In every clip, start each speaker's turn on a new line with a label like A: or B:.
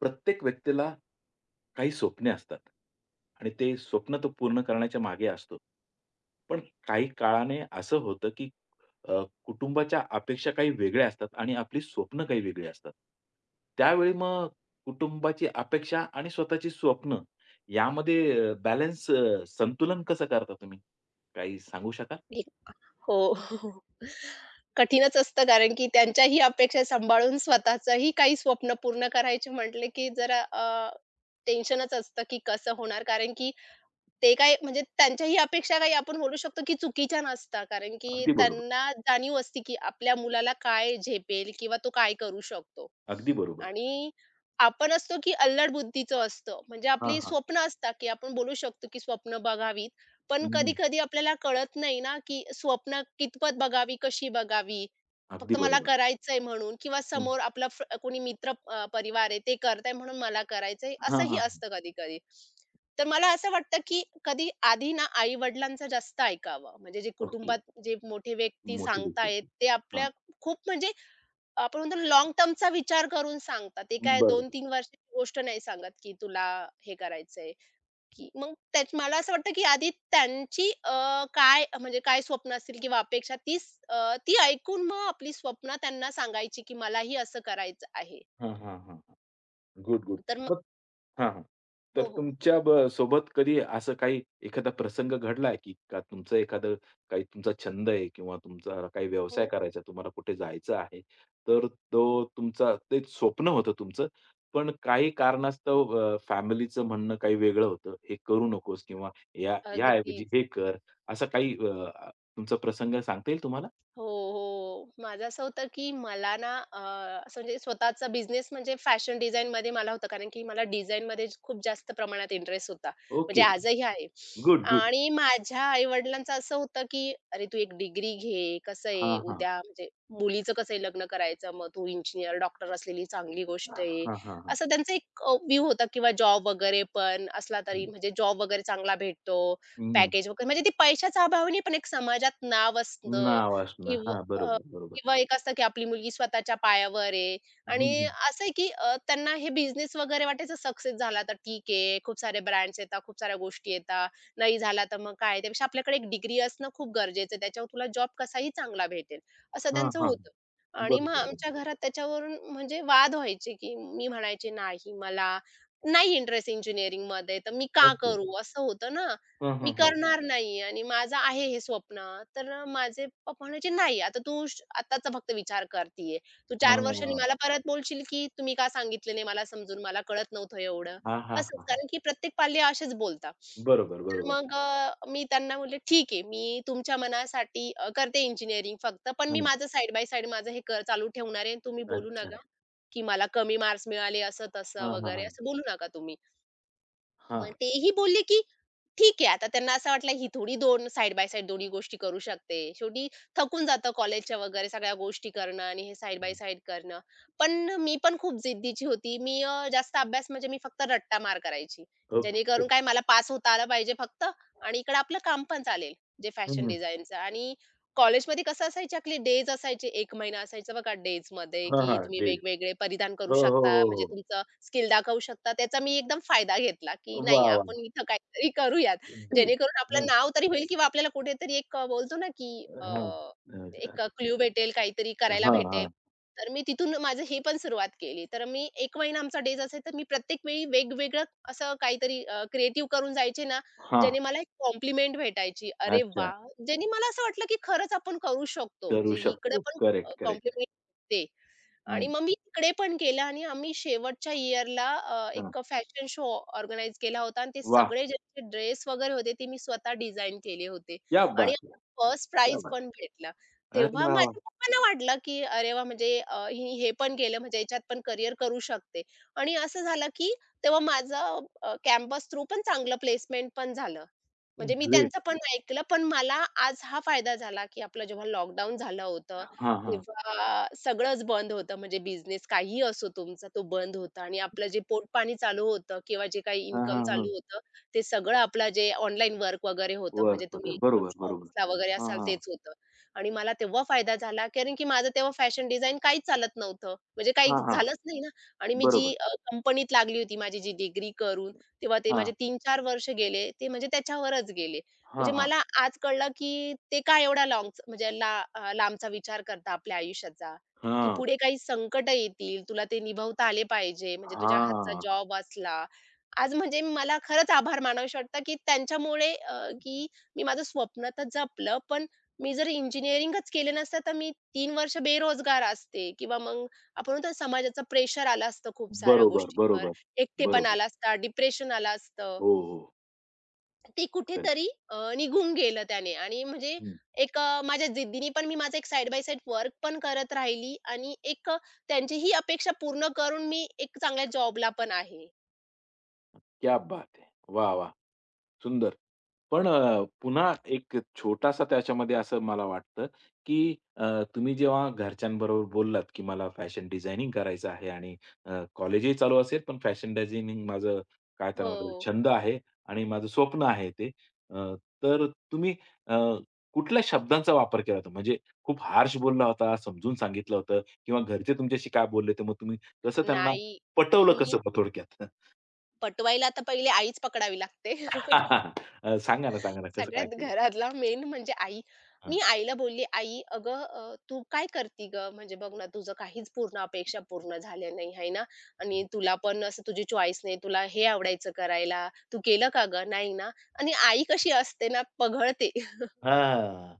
A: प्रत्येक व्यक्तीला काही स्वप्ने असतात आणि ते स्वप्न तो पूर्ण करण्याच्या मागे असतो. पण काही काळाने असं होतं, की कुटुंबाच्या अपेक्षा काही वेगळ्या असतात आणि आपली स्वप्न काही वेगळी असतात. त्यावेळी मग कुटुंबाची अपेक्षा आणि स्वतःची स्वप्न यामध्ये बॅलन्स संतुलन कसं करता तुम्ही? काही सांगू शकाल?
B: एक हो. कठीणच असतं कारण की त्यांच्याही अपेक्षा सांभाळून स्वतःचंही काही स्वप्न पूर्ण करायचे म्हटले, की जरा टेन्शनच असतं, की कसं होणार कारण की ते काय म्हणजे त्यांच्याही अपेक्षा काही आपण बोलू शकतो, की चुकीच्या नसतात. कारण की
A: अगदी बरोबर.
B: त्यांना जाणीव असते, की आपल्या मुलाला काय झेपेल किंवा तो काय करू शकतो.
A: अगदी बरोबर.
B: आणि आपण असतो, की अल्लड बुद्धीचं असतं. म्हणजे
A: हां,
B: आपली
A: हां.
B: स्वप्न असतात, की आपण बोलू शकतो, की स्वप्न बघावीत. पण
A: हं, हं.
B: कधी-कधी आपल्याला कळत नाही ना, की स्वप्न कितपत बघावी, कशी बघावी.
A: अगदी
B: फक्त मला
A: बरोबर.
B: करायचंय म्हणून किंवा
A: हं.
B: समोर आपला कोणी मित्र परिवार आहे, ते करताय म्हणून मला करायचंय,
A: हां,
B: असंही
A: हां.
B: असतं कधी-कधी. तर मला असं वाटतं, की कधी आधी ना आई-वडिलांचं जास्त ऐकावं. म्हणजे जे
A: ओके.
B: कुटुंबात जे मोठे व्यक्ती
A: मोठी व्यक्ती
B: सांगतायत,
A: असते.
B: ते आपल्या खूप म्हणजे आपण म्हणतो लाँग टर्मचा विचार करून सांगतात. ते काय
A: बरोबर.
B: 2-3 वर्षाची गोष्ट नाही सांगत, की तुला हे करायचंय, की मग त्यात मला असं वाटतं, की आधी त्यांची काय म्हणजे काय स्वप्न असतील किंवा अपेक्षा ती ऐकून मग आपली स्वप्न त्यांना सांगायची, की मलाही असं करायचं आहे.
A: हां, हां, हां, हां. Good, good.
B: तर मग
A: मग हां, हां. तर
B: हो.
A: तुमच्या ब सोबत कधी असं काही एखादा प्रसंग घडलाय, की का तुमचं एखादं काही तुमचा छंद आहे किंवा तुमचा काही व्यवसाय
B: हो,
A: करायचा, तुम्हाला कुठे जायचं आहे, तर तो तुमचा ते स्वप्न होतं तुमचं, पण काही कारणास्तव फॅमिलीचं म्हणणं काही वेगळं होतं, "हे करू नकोस" किंवा "या याऐवजी
B: अगदीच.
A: हे कर." असा काही तुमचा प्रसंग सांगता येईल तुम्हाला?
B: हो. माझं असं होतं, की मला ना असं म्हणजे स्वतःचा बिझनेस म्हणजे फॅशन डिझाइनमध्ये मला होतं. कारण की मला डिझाइनमध्ये खूप जास्त प्रमाणात इंटरेस्ट होता. म्हणजे
A: ओके.
B: आजही आहे.
A: Good, good.
B: आणि माझ्या आई-वडिलांचं असं होतं, की "अरे, तू एक डिग्री घे. कसं आहे,
A: हां, हां.
B: उद्या म्हणजे मुलीचं कसं आहे लग्न करायचं, मग तू इंजिनिअर, डॉक्टर असलेली चांगली गोष्ट
A: हां,
B: आहे."
A: हां, हां.
B: असं त्यांचा एक व्ह्यू होता किंवा जॉब वगैरे पण असला तरी
A: हं.
B: म्हणजे जॉब वगैरे चांगला भेटतो,
A: हं.
B: पॅकेज वगैरे म्हणजे ते पैशाच्या अभावाने पण एक समाजात नाव असतं.
A: नाव असणं.
B: किंवा
A: हां,
B: अ,
A: बरोबर, बरोबर.
B: किंवा एक असतं की आपली मुलगी स्वतःच्या पायावर आहे
A: हं,
B: आणि
A: हं.
B: असं आहे की त्यांना हे बिझनेस वगैरे वाटायचं सक्सेस झाला तर ठीक आहे. खूप सारे ब्रँड्स येतात, खूप साऱ्या गोष्टी येतात. नाही झाला तर मग काय? त्यापेक्षा आपल्याकडे एक डिग्री असणं खूप गरजेचं आहे. त्याच्यावर तुला जॉब कसाही चांगला भेटेल, असं
A: हां,
B: त्यांचं
A: हां.
B: होतं. आणि मग
A: बरोबर,
B: आमच्या
A: बरोबर.
B: घरात त्याच्यावरून म्हणजे वाद व्हायचे की मी म्हणायचे, "नाही, मला नाही इंटरेस्ट इंजिनिअरिंगमध्ये, तर मी का
A: ओके.
B: करू?" असं होतं ना.
A: हां,
B: मी
A: हां, हां.
B: करणार नाही आणि माझं आहे हे स्वप्न. तर माझे पप्पा म्हणायचे, "नाही, आता तू आत्ताचा फक्त विचार करती आहे. तू 4 वर्षांनी
A: हां.
B: मला परत बोलशील, की तुम्ही का सांगितलं नाही मला समजून? मला कळत नव्हतं एवढं."
A: हां, हां,
B: असंच,
A: हां, हां.
B: कारण की प्रत्येक पाल्य असेच बोलतात.
A: बरोबर,
B: तर
A: बरोबर.
B: मग मी त्यांना म्हटले, "ठीक आहे, मी तुमच्या मनासाठी करते इंजिनिअरिंग फक्त, पण मी
A: हां.
B: माझं साइड बाय साइड माझं हे कर चालू ठेवणार आहे. तुम्ही बोलू
A: अच्छा.
B: नका, की मला कमी मार्क्स मिळाले, असं-तसं
A: हां, हां,
B: वगैरे
A: हां.
B: असं बोलू नका तुम्ही." मग
A: हां.
B: तेही बोलले, की ठीक आहे. आता त्यांना असं वाटलं, ही थोडी दोन साइड बाय साइड दोन्ही गोष्टी करू शकते. शेवटी थकून जातं कॉलेजच्या वगैरे सगळ्या गोष्टी करणं आणि हे साइड बाय
A: हं.
B: साइड करणं. पण मी पण खूप जिद्दीची होती. मी जास्त अभ्यास म्हणजे मी फक्त रट्टा मार करायची.
A: ओके.
B: जेणेकरून काय मला पास होता आलं पाहिजे फक्त आणि इकडं आपलं काम पण चालेल, जे
A: हं,
B: फॅशन
A: हं.
B: डिझाइनचं आणि कॉलेजमध्ये कसं असायचे आपले डेज असायचे. 1 महिना असायचा बघा डेजमध्ये,
A: हां,
B: की
A: हां.
B: तुम्ही
A: डेज.
B: वेगवेगळे परिधान करू
A: हो, हो,
B: शकता.
A: हो,
B: म्हणजे
A: हो.
B: तुमचं स्किल दाखवू शकता. त्याचा मी एकदम फायदा घेतला, की नाही
A: वाह, वाह!
B: आपण इथं काहीतरी करूयात.
A: डेज.
B: जेणेकरून आपलं
A: हं.
B: नाव तरी होईल किंवा आपल्याला कुठेतरी एक बोलतो ना, की
A: हां. अ,
B: एक क्लू भेटेल, काहीतरी करायला
A: हां,
B: भेटेल.
A: हां.
B: तर मी तिथून माझं हे पण सुरुवात केली. तर मी 1 महिना आमचा डेज असायचा. मी प्रत्येक वेळी वेगवेगळं असं काहीतरी क्रिएटिव्ह करून जायचे ना,
A: हां.
B: ज्याने मला एक कॉम्प्लिमेंट भेटायची. अरे
A: अच्छा.
B: वा, ज्याने मला असं वाटलं, की खरंच आपण करू शकतो.
A: करू
B: म्हणजे इकडे
A: शकतो.
B: पण
A: करेक्ट, करेक्ट.
B: कॉम्प्लिमेंट भेटते. आणि
A: हं.
B: मग मी तिकडे पण केलं आणि आम्ही शेवटच्या इयरला
A: हां.
B: एक फॅशन शो ऑर्गनाइज केला होता आणि ते
A: वाह!
B: सगळे ज्यांचे ड्रेस वगैरे होते ते मी स्वतः डिझाइन केले होते
A: क्या
B: आणि
A: बात है!
B: फर्स्ट
A: क्या
B: प्राइज
A: बात है!
B: पण भेटला.
A: अरे
B: तेव्हा
A: वाह, वाह!
B: माझ्या पप्पांना वाटलं, की अरे वाह! म्हणजे हिने हे पण केलं म्हणजे याच्यात पण करियर करू शकते. आणि असं झालं, की तेव्हा माझं कॅम्पस थ्रू पण चांगलं प्लेसमेंट पण झालं. म्हणजे मी
A: ग्रेट.
B: त्यांचं पण ऐकलं, पण मला आज हा फायदा झाला, की आपलं जेव्हा लॉकडाऊन झालं होतं,
A: हां, हां.
B: तेव्हा सगळंच बंद होतं. म्हणजे बिझनेस काही असो तुमचा, तो बंद होता आणि आपलं जे पोटपाणी चालू होतं किंवा जे काही
A: हां,
B: इन्कम
A: हां, हां.
B: चालू होतं, ते सगळं आपलं जे ऑनलाईन वर्क वगैरे होतं,
A: वर
B: म्हणजे तुम्ही
A: पठार. बरोबर, बरोबर.
B: ऑफिसला वगैरे
A: हां,
B: असाल
A: हां.
B: तेच होतं. आणि मला तेव्हा फायदा झाला, कारण की माझं तेव्हा फॅशन डिझाइन काहीच चालत नव्हतं. म्हणजे काही
A: हां, हां.
B: झालंच नाही ना. आणि मी जी
A: बरोबर.
B: कंपनीत लागली होती माझी जी डिग्री करून, तेव्हा ते
A: हां,
B: माझे तीन-चार वर्ष गेले, ते म्हणजे त्याच्यावरच गेले. म्हणजे
A: हां, हां.
B: मला आज कळलं, की ते काय एवढा लाँगच म्हणजे लांबचा विचार करता आपल्या आयुष्याचा, की
A: हां,
B: पुढे काही संकटं येतील, तुला ते निभवता आले पाहिजे. म्हणजे तुझ्या हातचा
A: हां.
B: जॉब वाचला. आज म्हणजे मला खरंच आभार मानावेसे वाटतात, की त्यांच्यामुळे अ, की मी माझं स्वप्न तर जपलं, पण मी जर इंजिनिअरिंगच केले नसतं, तर मी 3 वर्ष बेरोजगार असते किंवा मग आपण म्हणतो ना, समाजाचं प्रेशर आलं असतं खूप साऱ्या
A: बरोबर,
B: गोष्टींवर,
A: बरोबर,
B: एकटेपणा
A: बरोबर.
B: आला असता, डिप्रेशन आलं असतं.
A: हो, हो.
B: ते
A: करेक्ट.
B: कुठेतरी निघून गेलं त्याने आणि म्हणजे एक माझ्या जिद्दीने पण मी माझा एक साइड बाय साइड वर्क पण करत राहिली आणि एक त्यांची ही अपेक्षा पूर्ण करून मी एक चांगल्या जॉबला पण आहे.
A: क्या बात है! वाह, वाह! सुंदर. पण पुन्हा एक छोटासा त्याच्यामध्ये असं मला वाटतं, की तुम्ही जेव्हा घरच्यांबरोबर बोललात, की मला फॅशन डिझायनिंग करायचं आहे आणि कॉलेजही चालू असेल, पण फॅशन डिझायनिंग माझं काय त्याला म्हणतात
B: हो.
A: छंद आहे आणि माझं स्वप्न आहे ते. अ, तर तुम्ही अ, कुठल्या शब्दांचा वापर केला होता? म्हणजे खूप हार्श बोलला होता, समजून सांगितलं होतं किंवा घरचे तुमच्याशी काय बोलले होते, मग तुम्ही कसं त्यांना
B: नाही,
A: पटवलं
B: मी
A: कसं थोडक्यात?
B: पटवायला तर पहिले आईच पकडावी लागते.
A: सांगा ना, सांगा ना कसं काय
B: सगळ्यात
A: केलं?
B: घरातला मेन म्हणजे आई. मी
A: हां.
B: आईला बोलली, "आई, अगं तू काय करती गं? म्हणजे बघ ना, तुझं काहीच पूर्ण अपेक्षा पूर्ण झाल्या नाही, आहे ना? आणि
A: हं.
B: तुला पण असं तुझी चॉईस नाही. तुला हे आवडायचं करायला. तू केलं का गं? नाही ना?" आणि आई कशी असते ना, पघळते.
A: हां.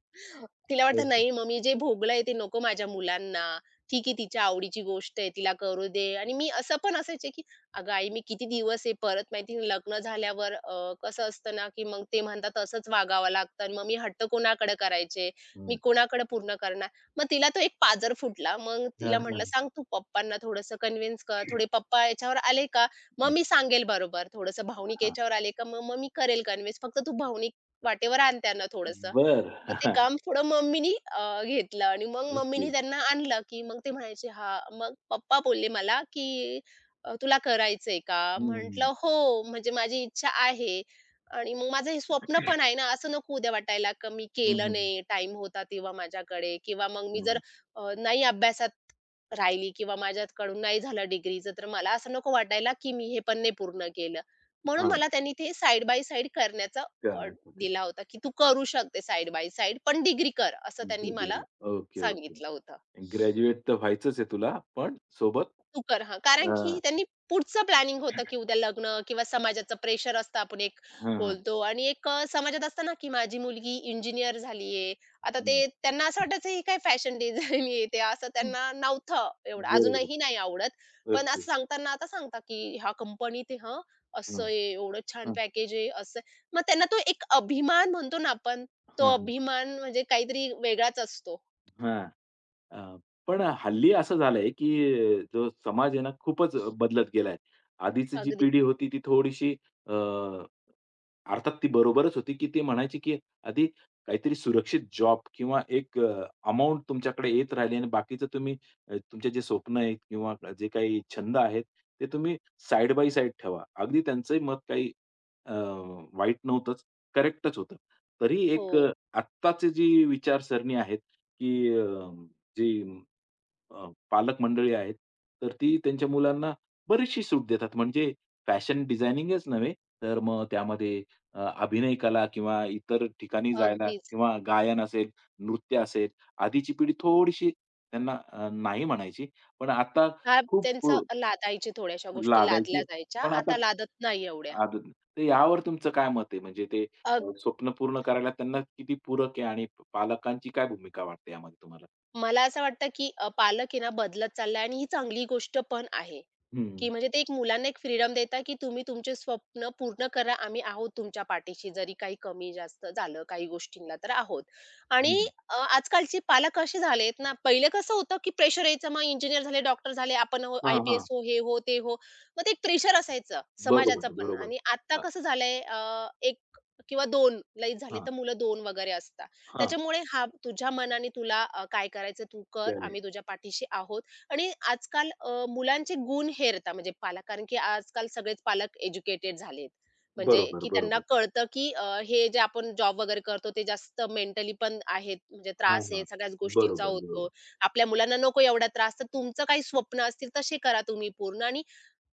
B: तिला वाटतं,
A: ओके.
B: "नाही मग मी जे भोगलंय ते नको माझ्या मुलांना. ठीक आहे तिच्या आवडीची गोष्ट आहे, तिला करू दे." आणि मी असं पण असायचे, की "अगं आई मी किती दिवस आहे." परत माहिती आहे लग्न झाल्यावर कसं असतं ना, की मग ते म्हणतात तसंच वागावं लागतं आणि मग मी हट्ट कोणाकडे करायचे, मी
A: हं.
B: कोणाकडे पूर्ण करणार? मग तिला तो एक पाझर फुटला. मग
A: हां,
B: तिला म्हटलं,
A: हां.
B: "सांग तू पप्पांना थोडंसं कन्विन्स कर. थोडे पप्पा याच्यावर आले का, मग
A: हां,
B: मी सांगेल बरोबर. थोडंसं भावनिक
A: हां.
B: याच्यावर आले का, मग मग मी करेल कन्विन्स. फक्त तू भावनिक वाटेवर आण त्यांना थोडंसं."
A: बरं.
B: मग ते काम थोडं मम्मीनी घेतलं आणि मग
A: ओके.
B: मम्मीनी त्यांना आणलं, की मग ते म्हणायचे हां. मग पप्पा बोलले मला, की तुला करायचंय का?"
A: हं, हं.
B: म्हटलं, "हो, म्हणजे माझी इच्छा आहे आणि मग माझं हे स्वप्न पण आहे ना, असं नको उद्या वाटायला का मी
A: हं,
B: केलं
A: हं.
B: नाही, टाईम होता तेव्हा माझ्याकडे किंवा मग मी
A: हं,
B: जर
A: हं.
B: नाही अभ्यासात राहिली किंवा माझ्याकडून नाही झालं डिग्रीचं, तर मला असं नको वाटायला, की मी हे पण नाही पूर्ण केलं." म्हणून
A: हां.
B: मला त्यांनी ते साइड बाय साइड करण्याचं
A: करण्यात होते.
B: दिला होता, की "तू करू शकते साइड बाय साइड, पण डिग्री कर," असं त्यांनी मला
A: डिग्री. Okay, okay.
B: सांगितलं होतं.
A: ग्रॅज्युएट तर व्हायचंच आहे तुला, पण सोबत
B: तू कर. हां. कारण की
A: अ,
B: त्यांनी पुढचं प्लॅनिंग होतं, की उद्या लग्न किंवा समाजाचं प्रेशर असतं आपण एक
A: हां, हां.
B: बोलतो आणि एक समाजात असतं ना, की माझी मुलगी इंजिनियर झाली आहे. आता ते
A: हं.
B: त्यांना असं वाटायचं ही काय फॅशन डिझाइन येते असं त्यांना नव्हतं एवढं.
A: बरोबर.
B: अजूनही नाही आवडत. पण
A: ओके.
B: असं सांगताना आता सांगतात, की ह्या कंपनीत आहे हं,
A: हां,
B: असं आहे, एवढं छान
A: हां,
B: पॅकेज आहे, असं मग त्यांना तो एक अभिमान म्हणतो ना आपण, तो
A: हां, हां.
B: अभिमान म्हणजे काहीतरी वेगळाच असतो.
A: हां. अ, पण हल्ली असं झालंय, की जो समाज आहे ना खूपच बदलत गेलाय. आधीची जी
B: अगदी.
A: पिढी होती ती थोडीशी अ, अर्थात ती बरोबरच होती, की ते म्हणायची, की आधी काहीतरी सुरक्षित जॉब किंवा एक अमाउंट तुमच्याकडे येत राहिली आणि बाकीचं तुम्ही तुमचे जे स्वप्न आहेत किंवा जे काही छंद आहेत, ते तुम्ही साइड बाय साइड ठेवा. अगदी त्यांचंही मत काही अ, वाईट नव्हतंच, करेक्टच होतं. तरी एक
B: हो.
A: आत्ताची जी विचारसरणी आहे, की जी पालक मंडळी आहेत, तर ती त्यांच्या मुलांना बरीचशी सूट देतात. म्हणजे फॅशन डिझायनिंगच नव्हे, तर मग त्यामध्ये अभिनय कला किंवा इतर ठिकाणी जायला
B: अगदीच.
A: किंवा गायन असेल, नृत्य असेल, आधीची पिढी थोडीशी त्यांना नाही म्हणायची. पण आता
B: हां,
A: खूप
B: त्यांचं लादायचे थोड्याशा गोष्टी लादल्या
A: लागायची.
B: जायच्या.
A: पण आता
B: आता लादत नाही एवढ्या.
A: आद तर यावर तुमचं काय मत आहे? म्हणजे ते
B: अ,
A: स्वप्न पूर्ण करायला त्यांना किती पूरक आहे आणि पालकांची काय भूमिका वाटते यामध्ये तुम्हाला?
B: मला असं वाटतं, की पालक आहे ना बदलत चाललाय आणि ही चांगली गोष्ट पण आहे, की
A: हं.
B: म्हणजे ते एक मुलांना एक फ्रीडम देता की तुम्ही तुमचे स्वप्न पूर्ण करा. आम्ही आहोत तुमच्या पाठीशी. जरी काही कमी-जास्त झालं काही गोष्टींना तर आहोत. आणि
A: हं.
B: आजकालचे पालक असे झालेत ना, पहिले कसं होतं, की प्रेशर यायचं. मग इंजिनिअर झाले, डॉक्टर झाले, आपण हो
A: हां, हां.
B: IPS हो, हे हो, ते हो. मग ते एक प्रेशर असायचं समाजाचं
A: बरोबर,
B: पण
A: बरोबर.
B: आणि आता
A: अ,
B: कसं झालंय 1 किंवा 2 लई झाले
A: हां,
B: तर मुलं 2 वगैरे असतात.
A: हां.
B: त्याच्यामुळे हा तुझ्या मनाने तुला काय करायचं तू कर.
A: करेक्ट.
B: आम्ही तुझ्या पाठीशी आहोत. आणि आजकाल मुलांचे गुण हेरता म्हणजे पालक कारण की आजकाल सगळेच पालक एज्युकेटेड झालेत. म्हणजे
A: बरोबर,
B: की त्यांना
A: बरोबर.
B: कळतं की हे जे आपण जॉब वगैरे करतो ते जास्त मेंटली पण आहेत म्हणजे
A: हां,
B: त्रास आहे
A: हां.
B: सगळ्याच गोष्टींचा
A: बरोबर,
B: होतो.
A: बरोबर.
B: आपल्या मुलांना नको एवढा त्रास तर तुमचं काही स्वप्न असतील तसे करा तुम्ही पूर्ण आणि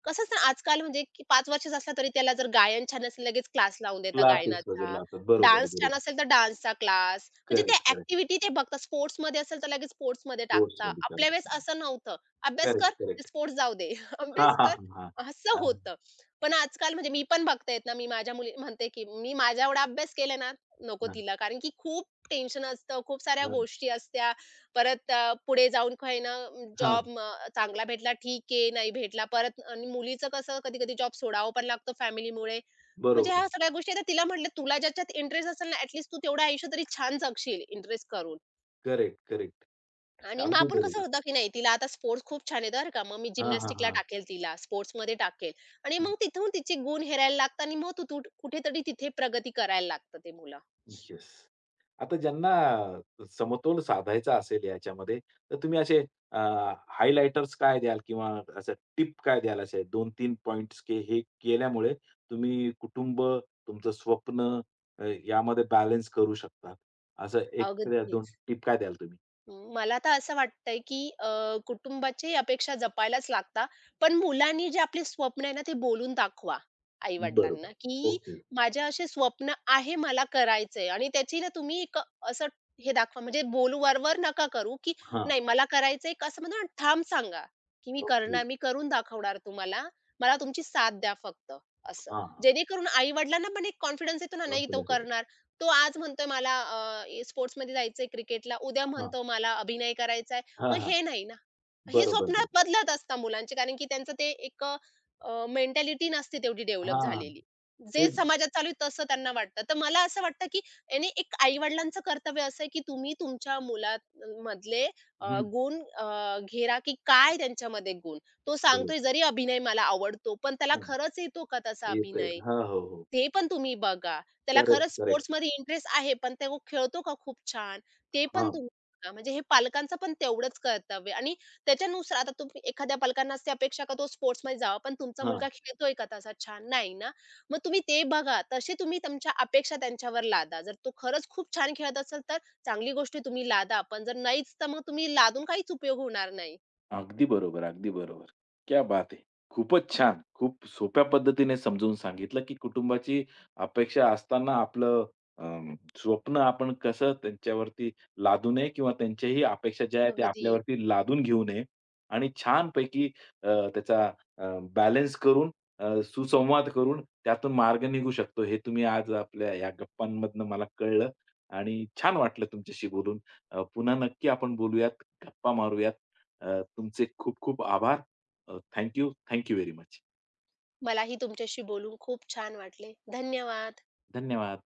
B: कसंच ना आजकाल म्हणजे की 5 वर्षाचा असला तरी त्याला जर गायन छान असेल लगेच क्लास लावून देतात
A: क्लासेस
B: गायनाचा.
A: वगैरे लावतात. बरोबर,
B: डान्स छान
A: बरोबर.
B: असेल तर डान्सचा क्लास. म्हणजे ते
A: करेक्ट, करेक्ट.
B: ॲक्टिव्हिटी ते बघतात. स्पोर्ट्समध्ये असेल तर लगेच स्पोर्ट्समध्ये टाकता.
A: स्पोर्ट्समध्ये
B: आपल्या वेळेस
A: करतात.
B: असं नव्हतं. "अभ्यास कर,
A: करेक्ट,
B: ते
A: करेक्ट.
B: स्पोर्ट्स जाऊ दे.
A: हां,
B: अभ्यास
A: हां,
B: कर."
A: हां,
B: असं
A: हां.
B: होतं. पण आजकाल म्हणजे मी पण बघतायत ना, मी माझ्या मुली म्हणते की मी माझा एवढा अभ्यास केला ना,
A: हां,
B: नको
A: हां,
B: तिला. कारण की खूप टेन्शन असतं, खूप साऱ्या
A: हां,
B: गोष्टी असत्या. परत पुढे जाऊन काही ना जॉब
A: हां.
B: म चांगला भेटला ठीक आहे, नाही भेटला परत आणि मुलीचं कसं कधी-कधी जॉब सोडावा पण लागतो फॅमिलीमुळे. म्हणजे
A: बरोबर.
B: ह्या सगळ्या गोष्टी आता तिला म्हटलं, "तुला ज्याच्यात इंटरेस्ट असेल ना, ॲटलीस्ट तू तेवढं आयुष्य तरी छान जगशील इंटरेस्ट करून."
A: Correct, correct.
B: आणि मग
A: अगदी
B: आपण कसं
A: बरोबर.
B: होतं की नाही तिला आता स्पोर्ट्स खूप छान आहे बरं का, मग मी
A: हां,
B: जिम्नॅस्टिकला
A: हां,
B: टाकेल तिला, स्पोर्ट्समध्ये टाकेल आणि
A: हां.
B: मग तिथून तिचे गुण हेरायला लागतात आणि मग तू तू कुठेतरी तिथे प्रगती करायला लागतं ते मुलं.
A: येस. आता ज्यांना समतोल साधायचा असेल याच्यामध्ये, तर तुम्ही असे अ, हायलाइटर्स काय द्याल किंवा असं टिप काय द्याल असे 2-3 पॉइंट्स की हे केल्यामुळे तुम्ही कुटुंब, तुमचं स्वप्न यामध्ये बॅलन्स करू शकता. असं 1-2
B: अगदीच.
A: टिप काय द्याल तुम्ही?
B: मला तर असं वाटतंय, की कुटुंबाची अपेक्षा जपायलाच लागतात. पण मुलांनी जे आपले स्वप्न आहे ना, ते बोलून दाखवा आई-वडिलांना,
A: बरोबर.
B: की
A: ओके.
B: माझे असे स्वप्न आहे, मला करायचंय आणि त्याची ना तुम्ही एक असं हे दाखवा, म्हणजे बोल वर नका करू, की
A: हां.
B: नाही मला करायचंय, एक असं म्हणतो ना, ठाम सांगा, की मी
A: ओके.
B: करणार, मी करून दाखवणार तुम्हाला. मला तुमची साथ द्या फक्त, असं.
A: हां,
B: जेणेकरून आई-वडिलांना पण एक कॉन्फिडन्स येतो ना, नाही तो
A: कॉन्फिडन्स येतो.
B: करणार. तो आज म्हणतोय मला स्पोर्ट्समध्ये जायचंय क्रिकेटला, उद्या
A: हां.
B: म्हणतो मला अभिनय करायचाय.
A: हां,
B: मग
A: हां.
B: हे नाही ना. हे
A: बरोबर,
B: स्वप्न
A: बरोबर.
B: बदलत असतात मुलांचे कारण की त्यांचं ते एक मेंटॅलिटी नसते तेवढी डेव्हलप
A: हां.
B: झालेली.
A: ते
B: जे समाजात चालू आहे तसं त्यांना वाटतं. तर मला असं वाटतं की याने एक आई-वडिलांचं कर्तव्य असं आहे की तुम्ही तुमच्या मुला मधले
A: हं.
B: गुण घेरा की काय त्यांच्यामध्ये गुण? तो
A: बरोबर.
B: सांगतोय जरी अभिनय मला आवडतो, पण त्याला
A: हां.
B: खरंच येतो का तसा
A: येतंय.
B: अभिनय?
A: हां. हो, हो.
B: ते पण तुम्ही बघा. त्याला
A: करेक्ट,
B: खरंच
A: करेक्ट.
B: स्पोर्ट्समध्ये इंटरेस्ट आहे, पण तो खेळतो का खूप छान? ते पण
A: हां,
B: तुम्ही बघा. म्हणजे हे पालकांचं पण तेवढंच कर्तव्य आणि त्याच्यानुसार आता तुम्ही एखाद्या पालकांना असते अपेक्षा का तो स्पोर्ट्समध्ये जावा, पण तुमचा
A: हां.
B: मुलगा खेळतोय का तसा छान? नाही ना. मग तुम्ही ते बघा. तसे तुम्ही तुमच्या अपेक्षा त्यांच्यावर लादा. जर तो खरंच खूप छान खेळत असेल, तर चांगली गोष्ट आहे तुम्ही लादा. पण जर नाहीच, तर मग तुम्ही लादून काहीच उपयोग होणार नाही.
A: अगदी बरोबर, अगदी बरोबर. क्या बात है! खूपच छान. खूप सोप्या पद्धतीने समजून सांगितलं, की कुटुंबाची अपेक्षा असताना आपलं अं, स्वप्न आपण कसं त्यांच्यावरती लादू नये किंवा त्यांच्याही अपेक्षा ज्या आहेत त्या
B: अगदी.
A: आपल्यावरती लादून घेऊ नये आणि छानपैकी अ, त्याचा बॅलन्स करून सुसंवाद करून त्यातून मार्ग निघू शकतो. हे तुम्ही आज आपल्या या गप्पांमधनं मला कळलं आणि छान वाटलं तुमच्याशी बोलून. पुन्हा नक्की आपण बोलूयात, गप्पा मारूयात. तुमचे खूप खूप आभार. Thank you. Very much.
B: मलाही तुमच्याशी बोलून खूप छान वाटले. धन्यवाद.
A: धन्यवाद.